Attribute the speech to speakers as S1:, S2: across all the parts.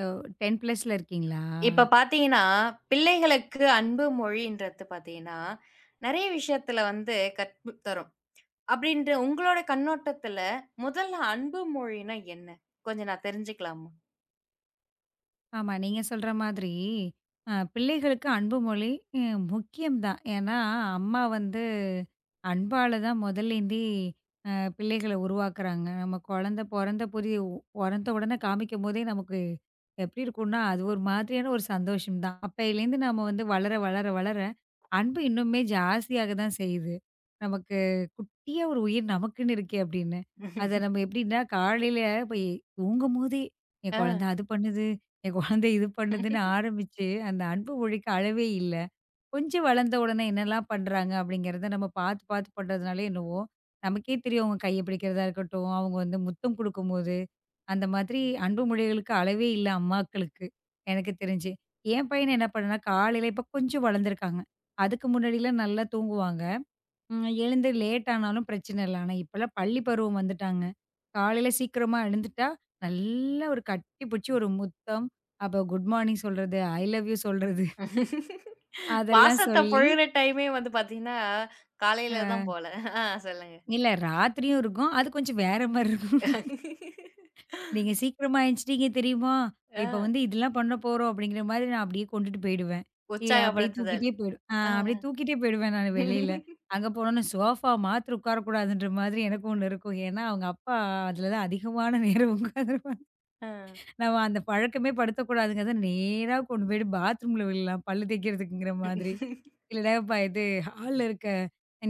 S1: ஓ! 10 பிளஸ்ல இருக்கீங்களா?
S2: இப்ப பார்த்தீங்கன்னா, பிள்ளைகளுக்கு அன்பு மொழின்றது பார்த்தீங்கன்னா, நெறைய விஷயத்துல வந்து கற்று தரும். அப்படின்ற உங்களோட கண்ணோட்டத்துல, முதல்ல அன்பு மொழினா என்ன? கொஞ்சம் நான் தெரிஞ்சுக்கலாமா?
S1: ஆமா. நீங்க சொல்ற மாதிரி, பிள்ளைகளுக்கு அன்பு மொழி அ முக்கியம் தான். ஏன்னா, அம்மா வந்து அன்பால தான் முதல்லேந்தே அ பிள்ளைகள உருவாக்குறாங்க. நம்ம குழந்த பொறந்த உடனே காமிக்கும்போதே நமக்கு எப்படி இருக்கும்னா, அது ஒரு மாதிரியான ஒரு சந்தோஷம் தான். அப்பயிலேருந்து நம்ம வந்து வளர அன்பு இன்னுமே ஜாஸ்தியாக தான் செய்யுது. நமக்கு குட்டியா ஒரு உயிர் நமக்குன்னு இருக்கே அப்படின்னு. அத நம்ம எப்படின்னா, காலையில போய் தூங்கும்போதே, என்
S2: ஆ.
S1: குழந்த அது பண்ணுது, என் குழந்தை இது பண்ணுதுன்னு ஆரம்பிச்சு, அந்த அன்பு மொழிக்கு அளவே இல்ல. கொஞ்சம் வளர்ந்த உடனே என்னலாம் பண்றாங்க அப்படிங்கிறத நம்ம பார்த்து பண்றதுனாலயோ என்னவோ, நமக்கே தெரியும் அவங்க கைய பிடிக்கிறதா இருக்கட்டும், அவங்க வந்து முத்தம் குடுக்கும்போது, அந்த மாதிரி அன்பு மொழிகளுக்கு அளவே இல்ல அம்மாக்களுக்கு, எனக்கு தெரிஞ்சு. என் பையன் என்ன பண்ணான்னா, காலையில இப்ப கொஞ்சம் வளர்ந்துருக்காங்க. அதுக்கு முன்னாடிலாம் நல்லா தூங்குவாங்க. ம். எழுந்து லேட் ஆனாலும் பிரச்சனை இல்ல. ஆனா இப்பலாம் பள்ளி பருவம் வந்துட்டாங்க. காலையில சீக்கிரமா எழுந்துட்டா, நல்லா ஒரு கட்டி புடிச்சு ஒரு முத்தம், அப்ப குட் மார்னிங் சொல்றது, ஐ லவ் யூ சொல்றது அதெல்லாம்
S2: பாசத்த
S1: சொல்லி
S2: பொழியிற டைமே வந்து பார்த்தீங்கன்னா, காலையில
S1: அ
S2: தான் போல. ஆ. சொல்லுங்க.
S1: இல்ல ராத்திரியும் இருக்கும். அது கொஞ்சம் வேற மாரி இருக்கும். நீங்க சீக்கிரமா எந்திச்சிட்டீங்க தெரியுமா?
S2: ஆ.
S1: இப்ப வந்து இதெல்லாம் பண்ண போறோம் அப்படிங்கிற மாரி நான் அப்படியே கொண்டுட்டு போயிடுவேன். ஏ அப்படியே
S2: உற்சாகப்படுத்துதல்.
S1: தூக்கிட்டே போயிடும் ஆ
S2: ஆ.
S1: அப்படியே தூக்கிட்டே போயிடுவேன் நானு வெளியில. அங்க போனோனே சோஃபா மாத்திரம் உட்காரக்கூடாதுன்ற மாதிரி எனக்கு ஒண்ணு இருக்கும். ஏன்னா, அவங்க அப்பா அதுல தான் அதிகமான நேரம் உட்காந்துருப்பாங்க.
S2: ஆ.
S1: நம்ம அந்த பழக்கமே படுத்தக்கூடாதுங்கிறத நேரா கொண்டு போயிட்டு பாத்ரூம்ல விழலாம் பல்லு தேய்க்கிறதுக்குங்கிற மாதிரி. இல்லடா, இது ஹால்ல இருக்க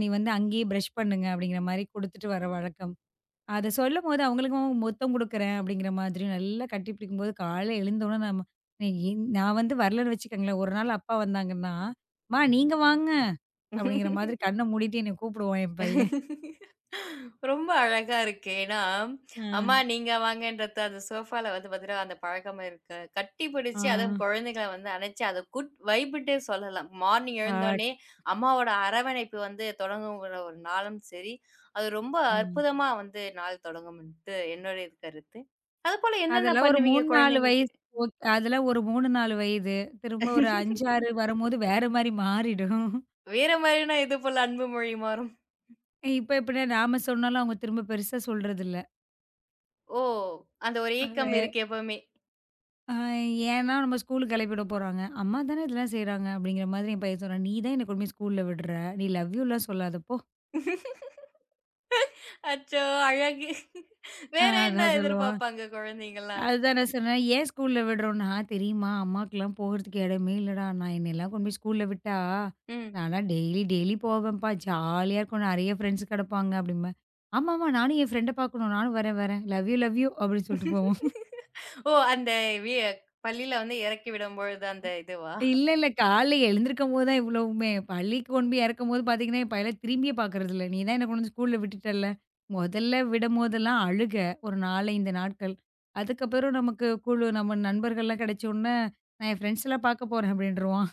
S1: நீ வந்து அங்கேயே பிரஷ் பண்ணுங்க அப்படிங்கிற மாரி குடுத்துட்டு வர வழக்கம். அத சொல்லும்போது அவங்களுக்கும் முத்தம் குடுக்குறேன் அப்படிங்கிற மாதிரி நல்லா கட்டிப்பிடிக்கும்போது காலைல எழுந்தோனே நம்ம எ என் நான் வந்து வரலன்னு வச்சுக்கோங்களேன், ஒரு நாள் அப்பா வந்தாங்கன்னா, "அம்மா நீங்க வாங்க" அப்படிங்கிற மாதிரி கண்ண மூடிட்டு என்னைய கூப்பிடுவான் என் பையன்.
S2: ரொம்ப அழகா இருக்கு. ஏன்னா,
S1: ஆ,
S2: அம்மா நீங்க வாங்கன்றது அந்த சோஃபால வந்து பாத்தீங்கன்னா, அந்த பழக்கம் இருக்கு. கட்டி
S1: ஆ,
S2: பிடிச்சு அதுவும் குழந்தைகள வந்து அணைச்சு அத குட் வைப்ன்ட்டே சொல்லலாம். மார்னிங்
S1: ஆ,
S2: எழுந்தோனே அம்மாவோட அரவணைப்பு வந்து தொடங்குற ஒரு நாளும் சரி, அது ரொம்ப
S1: ஆ.
S2: அற்புதமா வந்து நாள் தொடங்கும்ன்ட்டு என்னுடைய இது கருத்து. அதுபோல என்னென்ன
S1: அதெல்லாம் ஒரு
S2: பண்ணுவீங்க
S1: 3, 4
S2: குழந்தைங்களுக்கு?
S1: வயசு ஓக் அதெல்லாம் ஒரு 3, 4 வயது. திரும்ப ஒரு 5, 6 வரும்போது வேற மாரி மாறிடும்.
S2: வேற மாரினா எது போல அன்பு மொழி மாறும்?
S1: இப்ப எப்படின்னா நாம சொன்னாலும் அவங்க திரும்ப பெருசா சொல்றதில்ல.
S2: ஓ! அந்த ஒரு ஏக்கம் இருக்கு எப்பவுமே.
S1: ஆ ஏன்னா நம்ம ஸ்கூலுக்கு கிளப்பி விட போறாங்க. அம்மா தானே இதெல்லாம் செய்றாங்க அப்படிங்கிற மாதிரி என் பையன் சொன்னான். "நீ தான் என்ன கொண்டு போய் ஸ்கூல்ல விடுற. நீ லவ் யூலாம் சொல்லாத போ."
S2: அச்சோ! அழகு. வேற என்ன
S1: அதான் சொல்லுவான்.
S2: எதிர்பார்ப்பாங்க குழந்தைங்கலாம்?
S1: அதுதான் நான் சொன்னேன், "ஏன் ஸ்கூல்ல விடுறோம்னா, தெரியுமா அம்மாக்கெல்லாம் போகறதுக்கு இடமே இல்லடா. நான் என்னையெல்லாம் கொண்டு போய் ஸ்கூல்ல விட்டா,
S2: ம்.
S1: நான்லாம் டெய்லி டெய்லி போவேன்ப்பா. ஜாலியா இருக்கும். நிறைய ஃப்ரெண்ட்ஸ் கிடப்பாங்க." அப்படிம்பேன். "ஆமாமா நானும் என் ஃப்ரெண்ட பார்க்கணும். நானும் வரேன் வரேன். லவ் யூ லவ் யூ" அப்படின்னு சொல்லிட்டு போவோம்.
S2: ஓ! அந்த வி பள்ளியில வந்து இறக்கி விடும்பொழுது அந்த இதுவா?
S1: இல்ல. காலைல எழுந்திருக்கும்போது தான் இவ்வளவுமே. பள்ளிக்கு கொண்டு போய் இறக்கும்போது பார்த்தீங்கன்னா, என் பையன்லாம் திரும்பியே பார்க்குறது இல்ல. "நீ தான் என்ன கொண்டு வந்து ஸ்கூல்ல விட்டுட்டல்ல." மொதல்ல விடும்போதெல்லாம் அழுக, ஒரு 4, 5 நாட்கள். அதுக்கப்புறம் நமக்கு நம்ம நண்பர்கள்லாம் கிடைச்சோன்னே, "நான் என் ஃப்ரெண்ட்ஸ்லாம் பார்க்க போறேன்" அப்படின்ருவான்.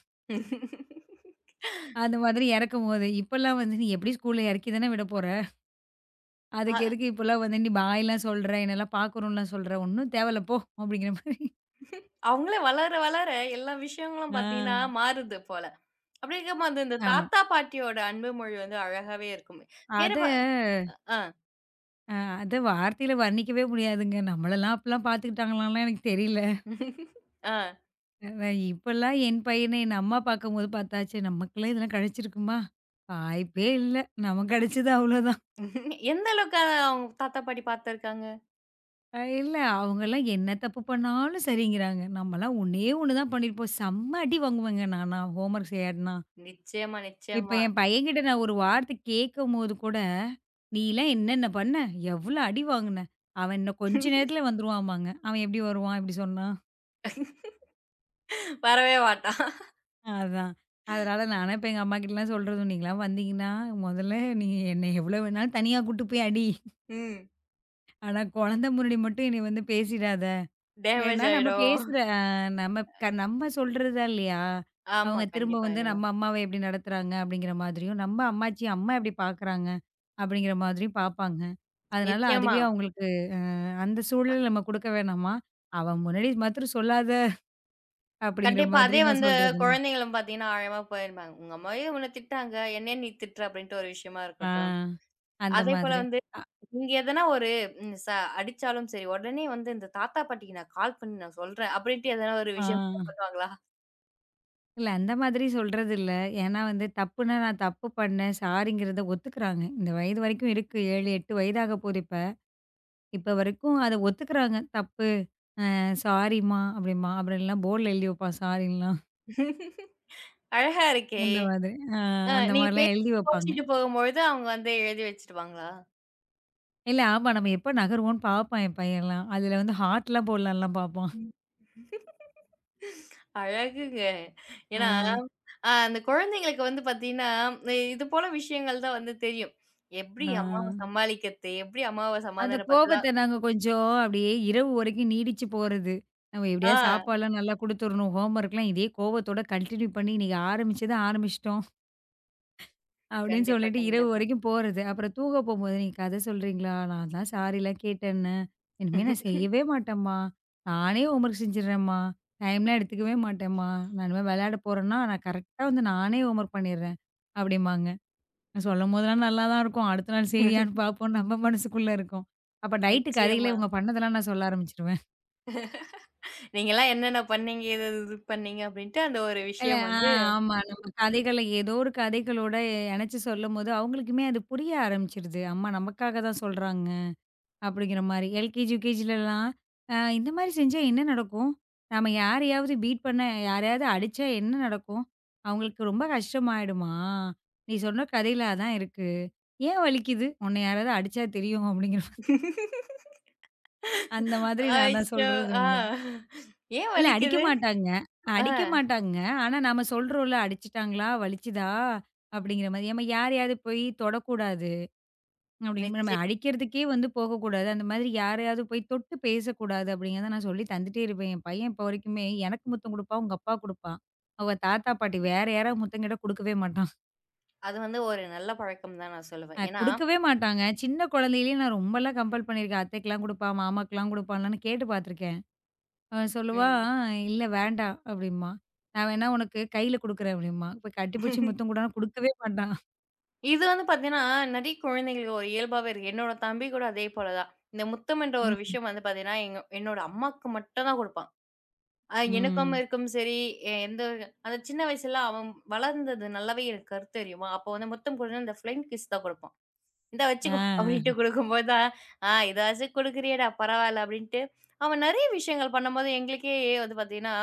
S1: அந்த மாதிரி இறக்கும்போது. இப்பல்லாம் வந்து, "நீ எப்படியும் ஸ்கூல்ல இறக்கி தானே விட போற. அதுக்கு
S2: அ
S1: எதுக்கு இப்பல்லாம் வந்து நீ பாய்லாம் சொல்ற, என்னலாம் பார்க்கணும்லாம் சொல்ற? ஒண்ணும் தேவையில்ல போ." அப்படிங்கிற மாரி.
S2: அவங்களே வளர, வளர எல்லா விஷயங்களும்
S1: ஆ.
S2: பார்த்தீங்கன்னா மாறுது போல. அப்படி இருக்கும்போது இந்த
S1: ஆமா.
S2: தாத்தா, பாட்டியோட அன்பு மொழி வந்து அழகாவே இருக்கும். வேற
S1: அத
S2: ப ஆ.
S1: அத வார்த்தையில வர்ணிக்கவே முடியாதுங்க. நம்மளலாம் அப்பலாம் பார்த்துக்கிட்டாங்களான்லாம் எனக்கு தெரியல.
S2: ஆ.
S1: நான் இப்பலாம் என் பையன என் அம்மா பார்க்கும்போது பார்த்தா, ச்சே நமக்கெல்லாம் இதெல்லாம் கிடைச்சிருக்குமா? வாய்ப்பே இல்ல. நமக்கு கிடைச்சது அவ்வளோதான்.
S2: எந்த அளவுக்கு அவங்க தாத்தா, பாட்டி பார்த்துருக்காங்க?
S1: இல்ல அவங்கலாம் என்ன தப்பு பண்ணாலும் சரிங்கிறாங்க. நம்மலாம் ஒண்ணே ஒண்ணு தான் பண்ணியிருப்போம். செம்ம அடி வாங்குவேங்க நானா ஹோம்வொர்க் செய்யாட்டினா.
S2: நிச்சயமா,
S1: இப்ப
S2: நிச்சயமா.
S1: என் பையன்கிட்ட நான் ஒரு வார்த்தை கேட்கும்போது கூட, "நீலாம் என்னென்ன பண்ண? எவ்ளோ அடி வாங்குன?" அவன் இன்னும் கொஞ்ச நேரத்துல வந்துருவாமாங்க. அவன் எப்படி வருவான் இப்படி சொன்னா?
S2: வரவே மாட்டான்.
S1: அதான். அதனால நானே இப்ப எங்க அம்மாகிட்டலாம் சொல்றது, "நீங்கலாம் வந்தீங்கன்னா, மொதல்ல நீ என்னை எவ்வளோ வேணாலும் தனியா கூட்டு போய் அடி.
S2: ம்.
S1: ஆனா குழந்த முன்னாடி மட்டும் என்னைய வந்து பேசிடாத." ஏன்னா
S2: டேமேஜ்
S1: நம்ம
S2: ஆயிடும்.
S1: பேசுற அ நம்ம நம்ம சொல்றதா இல்லையா?
S2: ஆமா.
S1: அவங்க திரும்ப
S2: கண்டிப்பா,
S1: வந்து
S2: கண்டிப்பா.
S1: நம்ம அம்மாவ எப்படி நடத்துறாங்க அப்படிங்கிற மாதிரியும், நம்ம அம்மாச்சி அம்மா எப்படி பார்க்குறாங்க அப்படிங்கிற மாதிரியும் பார்ப்பாங்க. அதனால
S2: நிச்சயமா.
S1: அதுவே அவங்களுக்கு அந்த சூழல் நம்ம குடுக்க வேணாமா? அவன் முன்னாடி மாத்திரம் சொல்லாத அப்படிங்கிற
S2: கண்டிப்பா.
S1: மாதிரி
S2: அதே
S1: நான்
S2: வந்து
S1: சொல்றது.
S2: குழந்தைங்களும் பார்த்தீங்கன்னா, ஆழமா போயிருப்பாங்க. "உங்க அம்மாவே உன்ன திட்டுனாங்க. என்னைய நீ திட்டுற?" அப்படின்ட்டு ஒரு விஷயமா
S1: ஆ
S2: இருக்கட்டும்.
S1: அந்த
S2: அதேபோல
S1: மாதிரி.
S2: வந்து
S1: அ
S2: நீங்க எதனா ஒரு ம் ச அடிச்சாலும் சரி, உடனே வந்து இந்த தாத்தா பாட்டிக்கு நான் கால் பண்ணி நான் சொல்றேன். அப்படின்ட்டு எதனா ஒரு
S1: ஆ.
S2: விஷயம் பண்ணுவாங்களா?
S1: அந்த மாதிரி சொல்றது இல்ல. ஏன்னா வந்து தப்புன்னா நான் தப்பு பண்ணேன். சாரிங்கிறத ஒத்துக்குறாங்க. இந்த வயது வரைக்கும் இருக்கு. 7, 8 வயதாக போகுது இப்ப. இப்ப வரைக்கும் அத ஒத்துக்குறாங்க. தப்பு அ சாரிம்மா அப்படிம்பா. அப்புறம் இல்லைனா போர்ட்ல எழுதி வைப்பான் சாரின்லாம்.
S2: அழகா இருக்கே!
S1: அந்த மாதிரி. அ அந்த
S2: நீங்க
S1: மாதிரிலாம்
S2: பேசி
S1: எழுதி வைப்பாங்க.
S2: கோச்சிட்டு போகும்பொழுது அவங்க வந்து எழுதி வச்சுடுவாங்களா?
S1: ஆமா நம்ம எப்ப நகருவோன்னு பார்ப்பான் என் பையன்லாம். அதுல வந்து ஹார்ட்லாம் போடலான்லாம் பார்ப்பான்.
S2: அழகுங்க. ஏன்னா,
S1: அ,
S2: அந்த குழந்தைங்களுக்கு வந்து பாத்தீங்கன்னா, இது போல விஷயங்கள் தான் வந்து தெரியும். எப்படி
S1: ஆ.
S2: அம்மாவ சமாளிக்கிறது? எப்படி அம்மாவ
S1: அந்த
S2: சமாதானப்படுத்தலா?
S1: கோபத்த நாங்க கொஞ்சம் அப்படியே இரவு வரைக்கும் நீடிச்சு போறது. நம்ம எப்படியாவது
S2: ஆ.
S1: சாப்பாடுலாம் நல்லா குடுத்துறணும். ஹோம்வொர்க்லாம் இதே கோவத்தோட கன்டின்யூ பண்ணி இன்னைக்கு ஆரம்பிச்சத ஆரம்பிச்சுட்டோம். அப்படின்னு
S2: கண்டிப்பா,
S1: சொல்லிட்டு இரவு
S2: கண்டிப்பா.
S1: வரைக்கும் போறது. அப்புறம் தூங்க போம்போது "நீங்க கத சொல்றீங்களா? நான் தான் சாரிலாம் கேட்டேன்னேன்." "இனிமே நான் செய்யவே மாட்டேன்ம்மா. நானே ஹோம்வொர்க் செஞ்சுடுறேன்ம்மா. டைம்லாம் எடுத்துக்கவே மாட்டேன்ம்மா. நான் இனிமே விளையாட போறேன்னா, நான் கரெக்ட்டா வந்து நானே ஹோம்வொர்க் பண்ணிடுறேன்." அப்படிம்பாங்க. சொல்லும்போதெல்லாம் நல்லா தான் இருக்கும். அடுத்த நாள் சரியான்னு பார்ப்போம் நம்ம மனசுக்குள்ள இருக்கும். அப்ப நைட்டு கதைகளே
S2: நிச்சயமா.
S1: இவங்க பண்ணதெல்லாம் நான் சொல்ல ஆரம்பிச்சுருவேன்.
S2: நீங்கலாம் என்னென்ன பண்ணீங்க? எது எது இது பண்ணீங்க? அப்படின்ட்டு அந்த ஒரு
S1: இல்ல
S2: விஷயம்
S1: ஆ
S2: வந்து
S1: ஆமா. நம்ம கதைகள ஏதோ ஒரு கதைகளோட இணைச்சு சொல்லும்போது அவங்களுக்குமே அது புரிய ஆரம்பிச்சுருது. அம்மா நமக்காக தான் சொல்றாங்க அப்படிங்கிற மாரி. எல்கேஜி, யுகேஜிலலாம் இந்த மாரி செஞ்சா என்ன நடக்கும்? நாம யாரையாவது பீட் பண்ண யாரையாவது அடிச்சா என்ன நடக்கும்? அவங்களுக்கு ரொம்ப கஷ்டமாயிடுமா? நீ சொன்ன கதையில அதான் இருக்கு. ஏன் வலிக்குது? உன்ன யாராவது அடிச்சா தெரியும் அப்படிங்கிற அந்த மாதிரி நான்
S2: அச்சோ!
S1: சொல்றது
S2: ஆ.
S1: உண்டு.
S2: ஏன்
S1: இல்ல அடிக்க
S2: வலிக்குது?
S1: மாட்டாங்க. அடிக்க
S2: ஆ.
S1: மாட்டாங்க. ஆனா நாம சொல்றோம்ல, "அடிச்சுட்டாங்களா? வலிச்சுதா?" அப்படிங்கிற மாரி. "ஏம்மா யாரையாவது போய் தொடக்கூடாது." அப்படின்னு நம்ம
S2: நிச்சயம்.
S1: அடிக்கிறதுக்கே வந்து போகக்கூடாது. அந்த மாதிரி யாரையாவது போய் தொட்டு பேசக்கூடாது அப்படிங்கிறத நான் சொல்லி தந்துட்டே இருப்பேன். என் பையன் இப்போ வரைக்குமே எனக்கு முத்தம் குடுப்பான், உங்க அப்பா குடுப்பான். அவங்க தாத்தா, பாட்டி வேற யாராவது முத்தம் கேட்டா குடுக்கவே மாட்டான்.
S2: அது வந்து ஒரு நல்ல பழக்கம் தான் நான் சொல்லுவேன். ஏன்னா
S1: குடுக்கவே மாட்டாங்க. சின்ன குழந்தையிலேயே நான் ரொம்பலாம் கம்பல் பண்ணியிருக்கேன். அத்தைக்கெல்லாம் குடுப்பான், மாமாக்கெல்லாம் குடுப்பான்லான்னு கேட்டு பார்த்துருக்கேன். சொல்லுவா,
S2: ம்.
S1: "இல்ல வேண்டாம்" அப்படிம்பா. "நான் வேணா உனக்கு கையில குடுக்குறேன்" அப்படிம்பா. இப்ப கட்டிப்புடிச்சு முத்தம் குடுனா குடுக்கவே மாட்டான்.
S2: இது வந்து பார்த்தீங்கன்னா, நெறைய குழந்தைங்களுக்கு ஒரு இயல்பாவே இருக்கு. என்னோட தம்பி கூட அதே போல தான். இந்த முத்தம் என்ற ஒரு
S1: ம்.
S2: விஷயம் வந்து பார்த்தீங்கன்னா, எங்க என்னோட அம்மாக்கு மட்டும் தான் குடுப்பான். எனக்கும்
S1: ம்.
S2: இருக்கும் சரி, எந்த அந்த சின்ன வயசுல அவன் வளர்ந்தது நல்லாவே எனக்கு கருத்து தெரியுமா? அப்போ வந்து முத்தம் கொடுனா இந்த ஃப்ளைங் கிஸ் தான் குடுப்பான். "இந்தா வச்சுக்கோ" அப்படின்ட்டு
S1: ஆ.
S2: குடுக்கும்போது தான், "ஆ இதாச்சும் குடுக்குறியேடா பரவால்ல" அப்படின்ட்டு அவன் நெறைய விஷயங்கள் பண்ணும்போது எங்களுக்கே வந்து பார்த்தீங்கன்னா,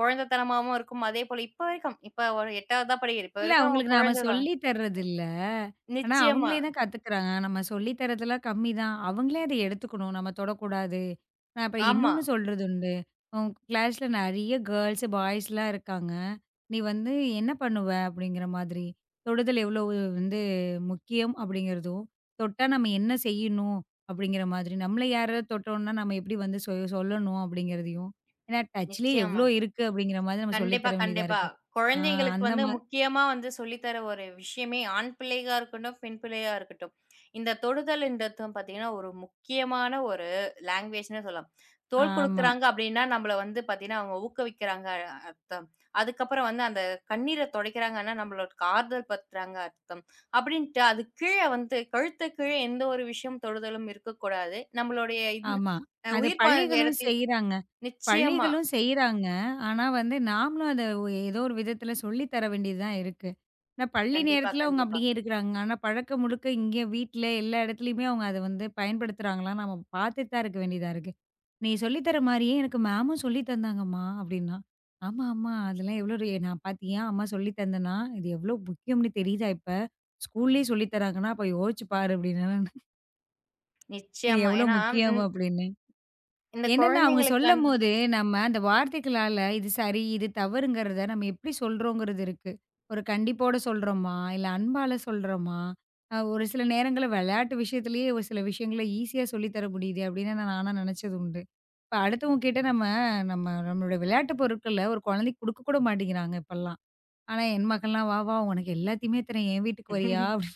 S2: குழந்தைத்தனமாவும் இருக்கும். அதே போல இப்ப வரைக்கும், இப்ப ஒரு 8வது தான் படிக்கிறா. இப்ப வரைக்கும் அவன்
S1: அவங்களுக்கு நாம
S2: குழந்தை தான்.
S1: சொல்லி தர்றதில்ல. ஆனா,
S2: நிச்சயமா.
S1: அவங்களே தான் கத்துக்கிறாங்க. நம்ம சொல்லி தர்றதெல்லாம் கம்மி தான். அவங்களே அத எடுத்துக்கணும். நம்ம தொடக்கூடாது. நான் இப்ப
S2: ஆமா.
S1: இன்னொன்னு சொல்றது உண்டு. உன் கிளாஸ்ல நெறைய கேர்ல்ஸ், பாய்ஸ்லாம் இருக்காங்க. நீ வந்து என்ன பண்ணுவ? அப்படிங்கிற மாதிரி. தொடுதல் எவ்வளோ வந்து முக்கியம் அப்படிங்கிறதும், தொட்டா நம்ம என்ன செய்யணும்? அப்படிங்கிற மாதிரி. நம்மள யாராவது தொட்டோம்னா, நம்ம எப்படி வந்து சொ சொல்லணும் அப்படிங்கிறதையும், ஏன்னா டச்லயே
S2: நிச்சயமா.
S1: எவ்வளோ இருக்கு அப்படிங்கிற மாதிரி நம்ம சொல்லி
S2: கண்டிப்பா,
S1: தர வேண்டியதா
S2: கண்டிப்பா.
S1: இருக்கு. ஆ
S2: குழந்தைகளுக்கு
S1: அந்த
S2: வந்து முக்கியமா வந்து சொல்லி தர ஒரு விஷயமே ஆண் பிள்ளையா இருக்கட்டும், பெண் பிள்ளையா இருக்கட்டும். இந்த தொடுதல்ன்றதும் பார்த்தீங்கன்னா, ஒரு முக்கியமான ஒரு லாங்குவேஜ்னே சொல்லலாம். தோள்
S1: ஆமா,
S2: குடுக்குறாங்க அப்டின்னா, நம்மள வந்து பார்த்தீங்கன்னா, அவங்க ஊக்குவிக்கிறாங்க அர்த்தம். அதுக்கப்புறம் வந்து அந்த கண்ணீர துடைக்கிறாங்கன்னா, நம்மளுக்கு ஆறுதல் படுத்துறாங்க அர்த்தம். அப்டின்ட்டு அது கீழ வந்து கழுத்து கீழ எந்த ஒரு விஷயம் தொடுதலும் இருக்கக்கூடாது. நம்மளுடைய
S1: ஆமா.
S2: அ
S1: அது
S2: உயிர் பாய்ந்த
S1: பள்ளிகளும்
S2: இடத்தில்
S1: செய்றாங்க.
S2: நிச்சயமா.
S1: பள்ளிகளும் செய்றாங்க. ஆனா வந்து நாமளும் அத ஏதோ ஒரு விதத்துல சொல்லி தர வேண்டியது தான் இருக்கு. ஏன்னா பள்ளி
S2: கண்டிப்பா,
S1: நேரத்துல அவங்க
S2: கண்டிப்பா.
S1: அப்படியே இருக்கிறாங்க. ஆனா பழக்கம் முழுக்க இங்க வீட்ல எல்லா இடத்துலயுமே அவங்க அத வந்து பயன்படுத்துறாங்களான்னு நம்ம பார்த்துட்டு தான் இருக்க வேண்டியதா இருக்கு. "நீ சொல்லி தர மாரியே எனக்கு மேமும் சொல்லி தந்தாங்கம்மா" அப்படின்னா. "ஆமா, ஆமா. அதெல்லாம் எவ்வளோ ஒரு நான் பார்த்தியா அம்மா சொல்லி தந்தேனா? இது எவ்வளோ முக்கியம்னு தெரியுதா இப்ப? ஸ்கூல்லயே சொல்லி தராங்கன்னா அப்ப யோசிச்சு பாரு" அப்படின்னேன் நானு. "இது
S2: நிச்சயமா.
S1: எவ்வளோ
S2: ஏன்னா,
S1: முக்கியம்?"
S2: இந்
S1: அப்படின்னு.
S2: இந்த
S1: என்னன்னா, அவங்க
S2: குழந்தைங்களுக்கு வந்து
S1: சொல்லம்போது, நம்ம அந்த வார்த்தைகளால இது சரி, இது தவறுங்கிறத நம்ம எப்படி சொல்றோங்கிறது இருக்கு. ஒரு கண்டிப்போட சொல்றோமா? இல்ல அன்பால சொல்றோமா? ஒரு சில நேரங்கள்ல விளையாட்டு விஷயத்திலேயே ஒரு சில விஷயங்கள ஈஸியா சொல்லி தர முடியுதே அப்படின்னு நான் நெனச்சது உண்டு. இப்ப அடுத்தவங்க கிட்ட நம்ம நம்ம நம்மளோட விளையாட்டு பொருட்கள ஒரு குழந்தைக்கு குடுக்க கூட மாட்டேங்கிறாங்க இப்பல்லாம். ஆனா என் மகள்லாம், "வா, வா உனக்கு எல்லாத்தையுமே தரேன் என் வீட்டுக்கு வரியா?" அப்படி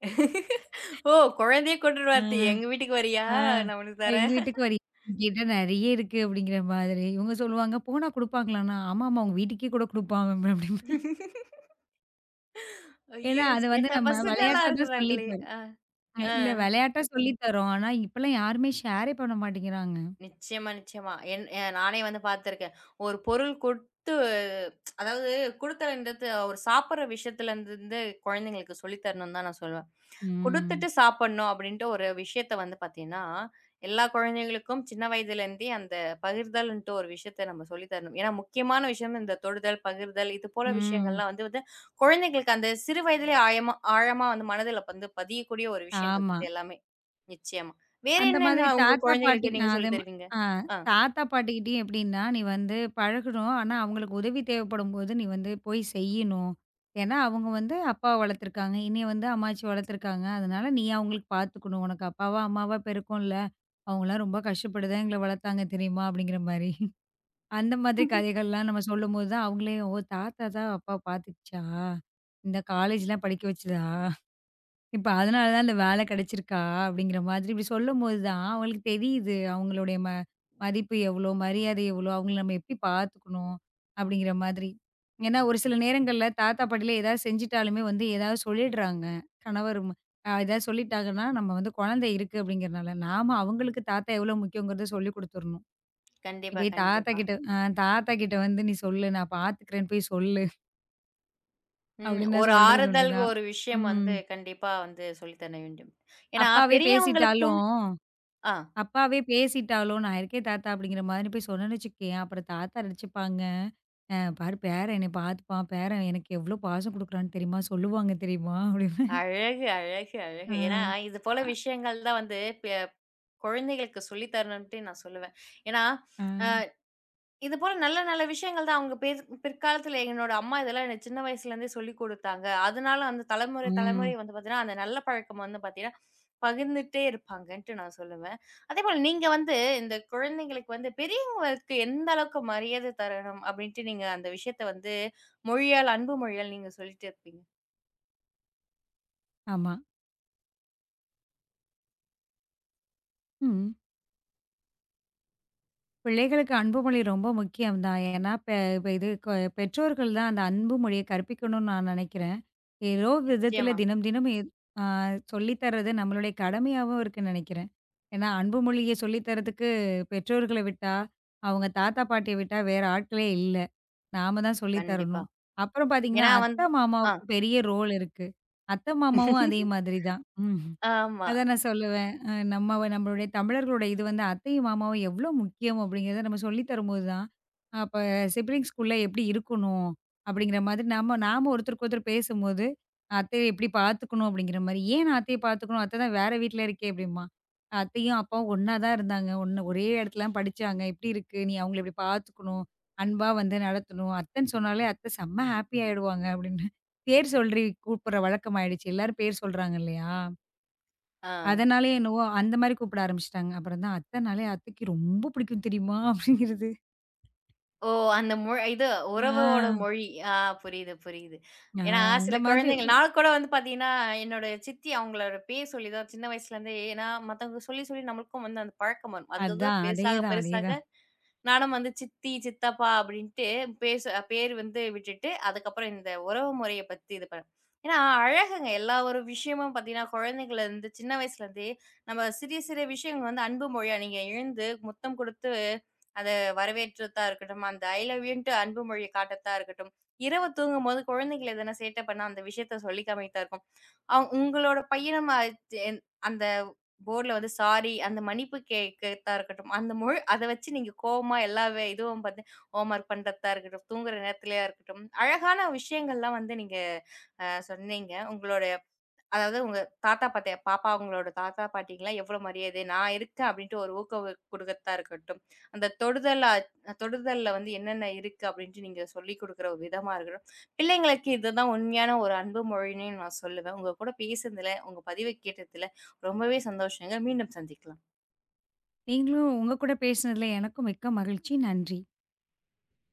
S2: ஓ! குழந்தைய கூட்டிட்டு
S1: ஆ.
S2: வரது எங்க வீட்டுக்கு வரியா?
S1: ஆ.
S2: நான் உனக்கு
S1: "எங்க
S2: தரேன்.
S1: வீட்டுக்கு வரீ என்கிட்ட நெறைய இருக்கு" அப்படிங்கிற மாதிரி. இவங்க சொல்லுவாங்க, "போனா குடுப்பாங்களாண்ணா?" "ஆமாமா, உங்க வீட்டுக்கே கூட குடுப்பான்" அவன் அப்படிம்பேன். ஏன்னா
S2: ஐயோ!
S1: அது வந்து
S2: சேட்ட
S1: நம்ம
S2: பசங்களா
S1: விளையாட்டா தான் சொல்லி
S2: இருக்கிறாங்களே.
S1: தரோம்.
S2: அ,
S1: அ
S2: அ.
S1: இல்ல விளையாட்டா சொல்லி தரோம். ஆனா இப்பலாம் யாருமே ஷேரே பண்ண மாட்டேங்கிறாங்க.
S2: நிச்சயமா, நிச்சயமா. என் அ நானே வந்து பார்த்துருக்கேன். ஒரு பொருள் கொடுத்து அதாவது குடுத்தலன்றது ஒரு சாப்பிடுற விஷயத்துலருந்து குழந்தைங்களுக்கு சொல்லி தரணும்னு தான் நான் சொல்லுவேன்.
S1: ம்.
S2: குடுத்துட்டு சாப்பிடணும் அப்படின்ட்டு ஒரு விஷயத்த வந்து பார்த்தீங்கன்னா, எல்லா குழந்தைகளுக்கும் சின்ன வயதிலேருந்தே அந்த பகிர்தல்ன்ட்டு ஒரு விஷயத்த நம்ம சொல்லி தரணும். ஏன்னா முக்கியமான விஷயம் இந்த தொடுதல், பகிர்தல் இது போல
S1: ம்.
S2: விஷயங்கள்லாம் வந்து வந்து குழந்தைகளுக்கு அந்த சிறு வயதிலே ஆயமா ஆழமா வந்து மனதில வந்து பதியக்கூடிய ஒரு விஷயங்கள்
S1: ஆமா.
S2: இது எல்லாமே. நிச்சயமா. வேற
S1: அந்த மாதிரி
S2: என்னென்ன உங்க
S1: தாத்தா, பாட்டி
S2: குழந்தைகளுக்கு
S1: அ
S2: நீங்க
S1: அது
S2: சொல்லி
S1: ம
S2: தருவீங்க?
S1: ஆ
S2: ஆ.
S1: தாத்தா, பாட்டிகிட்டயும் எப்படின்னா, நீ வந்து பழகணும். ஆனா, அவங்களுக்கு உதவி தேவைப்படும்போது நீ வந்து போய் செய்யணும். ஏன்னா, அவங்க வந்து அப்பாவ வளர்த்துருக்காங்க. என்னைய வந்து அம்மாச்சி வளர்த்துருக்காங்க. அதனால நீ அவங்களுக்கு பார்த்துக்கணும். உனக்கு அப்பாவா, அம்மாவா பெருக்கம்ல. அவங்கலாம் ரொம்ப கஷ்டப்பட்டு தான் எங்கள வளர்த்தாங்க தெரியுமா? அப்படிங்கிற மாரி. அந்த மாதிரி கதைகள்லாம் நம்ம சொல்லும்போது தான் அவங்களே, ஓ! தாத்தா தான் அப்பாவ பார்த்துக்கிச்சா? இந்த காலேஜ்லாம் படிக்க வச்சதா? இப்ப அதனால தான் இந்த வேலை கிடைச்சிருக்கா அப்படிங்கிற மாதிரி இப்படி சொல்லும்போது தான் அவங்களுக்கு தெரியுது. அவங்களுடைய ம மதிப்பு எவ்வளோ, மரியாதை எவ்வளோ, அவங்கள நம்ம எப்படி பார்த்துக்கணும் அப்படிங்கிற மாதிரி. ஏன்னா ஒரு சில நேரங்கள்ல தாத்தா, பாட்டிலாம் ஏதாவது செஞ்சுட்டாலுமே வந்து ஏதாவது சொல்லிடுறாங்க. கணவர் ம அ ஏதாவது சொல்லிட்டாங்கன்னா, நம்ம வந்து குழந்தை இருக்கு அப்படிங்கிறனால, நாம அவங்களுக்கு தாத்தா எவ்வளோ முக்கியங்கிறத சொல்லிக் குடுத்துறணும்.
S2: கண்டிப்பா,
S1: போய் தாத்தா
S2: கண்டிப்பா.
S1: கிட்ட அ தாத்தா கிட்ட வந்து "நீ சொல்லு, நான் பார்த்துக்கிறேன்னு போய் சொல்லு"
S2: ம்.
S1: அப்படின்னு நான்
S2: ஒரு
S1: சொல்றது உண்டு.
S2: ஆறுதல் ஒரு விஷயம்
S1: ம்.
S2: வந்து கண்டிப்பா வந்து சொல்லி தர வேண்டும். ஏன்னா
S1: அப்பாவே
S2: பெரியவங்களுக்கும்
S1: பேசிட்டாலும்
S2: ஆ.
S1: "அப்பாவே பேசிட்டாளோ! நான் இருக்கேன் தாத்தா" அப்படிங்கிற மாதிரி போய் சொன்னேன்னு வச்சுக்கயேன், அப்புறம் தாத்தா நெனச்சுப்பாங்க, "அ பாரு பேரன் என்னைய பார்த்துப்பான், பேரன் எனக்கு எவ்ளோ பாசம் குடுக்குறான்னு தெரியுமா? சொல்லுவாங்க தெரியுமா?" அப்படின்னு.
S2: அழகு, அழகு,
S1: ஆ,
S2: அழகு. ஏன்னா, இது போல விஷயங்கள் தான் வந்து பெ குழந்தைகளுக்கு சொல்லி தரணும்ன்ட்டு நான் சொல்லுவேன். ஏன்னா,
S1: ஆ.
S2: அ இது போல நல்ல நல்ல விஷயங்கள் தான் அவங்க பேர் பிற்காலத்துல என்னோட அம்மா இதெல்லாம் எனக்கு சின்ன வயசுலேருந்தே சொல்லிக் குடுத்தாங்க. அதனால அந்த தலைமுறை தலைமுறை
S1: ம்.
S2: வந்து பார்த்தீங்கன்னா, அந்த நல்ல பழக்கம் வந்து பார்த்தீங்கன்னா, பகிர்ந்துட்டே இருப்பாங்கன்ட்டு நான் சொல்லுவேன். அதேபோல நீங்க வந்து இந்த குழந்தைங்களுக்கு வந்து பெரியவங்களுக்கு எந்த அளவுக்கு மரியாதை தரணும் அப்டின்ட்டு நீங்க அந்த விஷயத்த வந்து மொழியால், அன்பு மொழியால் நீங்க சொல்லிட்டு இருப்பீங்க.
S1: ஆமா. ம். பிள்ளைகளுக்கு அன்பு மொழி ரொம்ப முக்கியம் தான். ஏன்னா, பெ இப்ப இது கொ பெற்றோர்கள் தான் அந்த அன்பு மொழிய கற்பிக்கணும்னு நான் நெனைக்கிறேன். ஏதோ
S2: ம்.
S1: விதத்துல
S2: நிச்சயமா.
S1: தினம் தினம் எ ஆ சொல்லி தர்றது நம்மளுடைய கடமையாவும் இருக்குன்னு நினைக்கிறேன். ஏன்னா, அன்பு மொழிய சொல்லி தர்றதுக்கு பெற்றோர்கள விட்டா, அவங்க தாத்தா, பாட்டிய விட்டா வேற ஆட்களே இல்ல. நாம தான் சொல்லி
S2: கண்டிப்பா.
S1: தரணும். அப்புறம் பார்த்தீங்கன்னா,
S2: ஏன்னா வந்து
S1: அத்தை,
S2: ஆ.
S1: மாமாவுக்கு பெரிய ரோல் இருக்கு. அத்தை, மாமாவும் அதே மாதிரி தான். ம்.
S2: ஆமா.
S1: அதான் நான் சொல்லுவேன். நம்மளுடைய தமிழர்களுடைய இது வந்து அத்தையும், மாமாவும் எவ்ளோ முக்கியம் அப்படிங்கிறத நம்ம சொல்லி தரும்போது தான், அப்ப சிப்லிங்ஸ்குள்ள எப்படி இருக்கணும்? அப்படிங்கிற மாதிரி நாம ஒருத்தருக்கு ஒருத்தர் பேசும்போது, அத்தைய எப்படி பார்த்துக்கணும் அப்படிங்கிற மாரி. ஏன் நான் அத்தைய பார்த்துக்கணும்? அத்தை தான் வேற வீட்ல இருக்கே அப்படிம்பான். அத்தையும், அப்பாவும் ஒண்ணா தான் இருந்தாங்க. ஒண்ணு ஒரே இடத்துல தான் படிச்சாங்க. இப்படி இருக்கு. நீ அவங்கள இப்படி பார்த்துக்கணும். அன்பா வந்து நடத்தணும். அத்தைன்னு சொன்னாலே அத்தை செம்ம ஹாப்பி ஆயிடுவாங்க அப்படின்னு. பேர் சொல்லி கூப்பிடுற வழக்கம் ஆயிடுச்சு. எல்லாரும் பேர் சொல்றாங்க இல்லையா?
S2: ஆ.
S1: அதனாலயே என்னவோ அந்த மாரி கூப்பிட ஆரம்பிச்சுட்டாங்க. அப்புறம் தான் அத்தனாலே அத்தைக்கு ரொம்ப பிடிக்கும் தெரியுமா? அப்படிங்கிறது.
S2: ஓ! அந்த மொழி இது
S1: ஆ,
S2: உறவோட மொழி. ஆ. புரியுது, புரியுது.
S1: ஆ
S2: ஏன்னா
S1: அந்த
S2: சில
S1: மாதிரி
S2: குழந்தைகள் நான் கூட வந்து பார்த்தீங்கன்னா, என்னோட சித்தி அவங்களோட பேர் சொல்லி தான் சின்ன வயசுலேருந்தே ஏன்னா மத்தவங்க சொல்லி, சொல்லி நம்மளுக்கும் வந்து அந்த பழக்கம் வரும். அதுக்கப்புறம்
S1: அதான்.
S2: பெருசாக,
S1: அதேதான்,
S2: பெருசாக
S1: அதேதான்.
S2: நானும் வந்து சித்தி, சித்தப்பா அப்படின்ட்டு பேச பேர் வந்து விட்டுட்டு, அதுக்கப்புறம் இந்த உறவு முறைய பத்தி இது பண்ணேன். ஏன்னா அழகுங்க எல்லா ஒரு விஷயமும் பார்த்தீங்கன்னா, குழந்தைங்கள்லேருந்து சின்ன வயசுலேருந்தே நம்ம சிறிய, சிறிய விஷயங்கள் வந்து அன்பு மொழியா நீங்க எழுந்து முத்தம் குடுத்து, அத வரவேற்றத்தா இருக்கட்டும், அந்த ஐ லவ் யூன்ட்டு அன்பு மொழி காட்டத்தா இருக்கட்டும், இரவு தூங்கும்போது குழந்தைகள் எதனா சேட்டை பண்ணா, அந்த விஷயத்த சொல்லி காமிக்கத்தா இருக்கும். உங்களோட பையனும் அ தென் அந்த போர்ட்ல வந்து சாரி, அந்த மன்னிப்பு கேட்கத்தா இருக்கட்டும், அந்த மொழ் அத வச்சு நீங்க கோவமா எல்லா வே இதுவும் பாத்து ஹோம்வொர்க் பண்றதா இருக்கட்டும், தூங்குற நேரத்துலயா இருக்கட்டும், அழகான விஷயங்கள்லாம் வந்து நீங்க சொன்னீங்க. உங்களோட அதாவது உங்க தாத்தா பாட்டி பாப்பா அவங்களோட தாத்தா பாட்டிக்கெல்லாம் எவ்வளோ மரியாதை, நான் இருக்கேன் அப்படின்ட்டு ஒரு ஊக்கம் குடுக்கறதா இருக்கட்டும். அந்த தொடுதலா தொடுதல்ல வந்து என்னென்ன இருக்கு அப்படின்ட்டு நீங்க சொல்லிக் குடுக்குற ஒரு விதமா இருக்கட்டும். பிள்ளைங்களுக்கு இதுதான் உண்மையான ஒரு அன்பு மொழின்னே நான் சொல்லுவேன். உங்க கூட பேசுனதுல, உங்க பதிவு கேட்டதுல ரொம்பவே சந்தோஷங்க. மீண்டும் சந்திக்கலாம்.
S1: நீங்களும் உங்க கூட பேசினதுல எனக்கும் மிக்க மகிழ்ச்சி. நன்றி.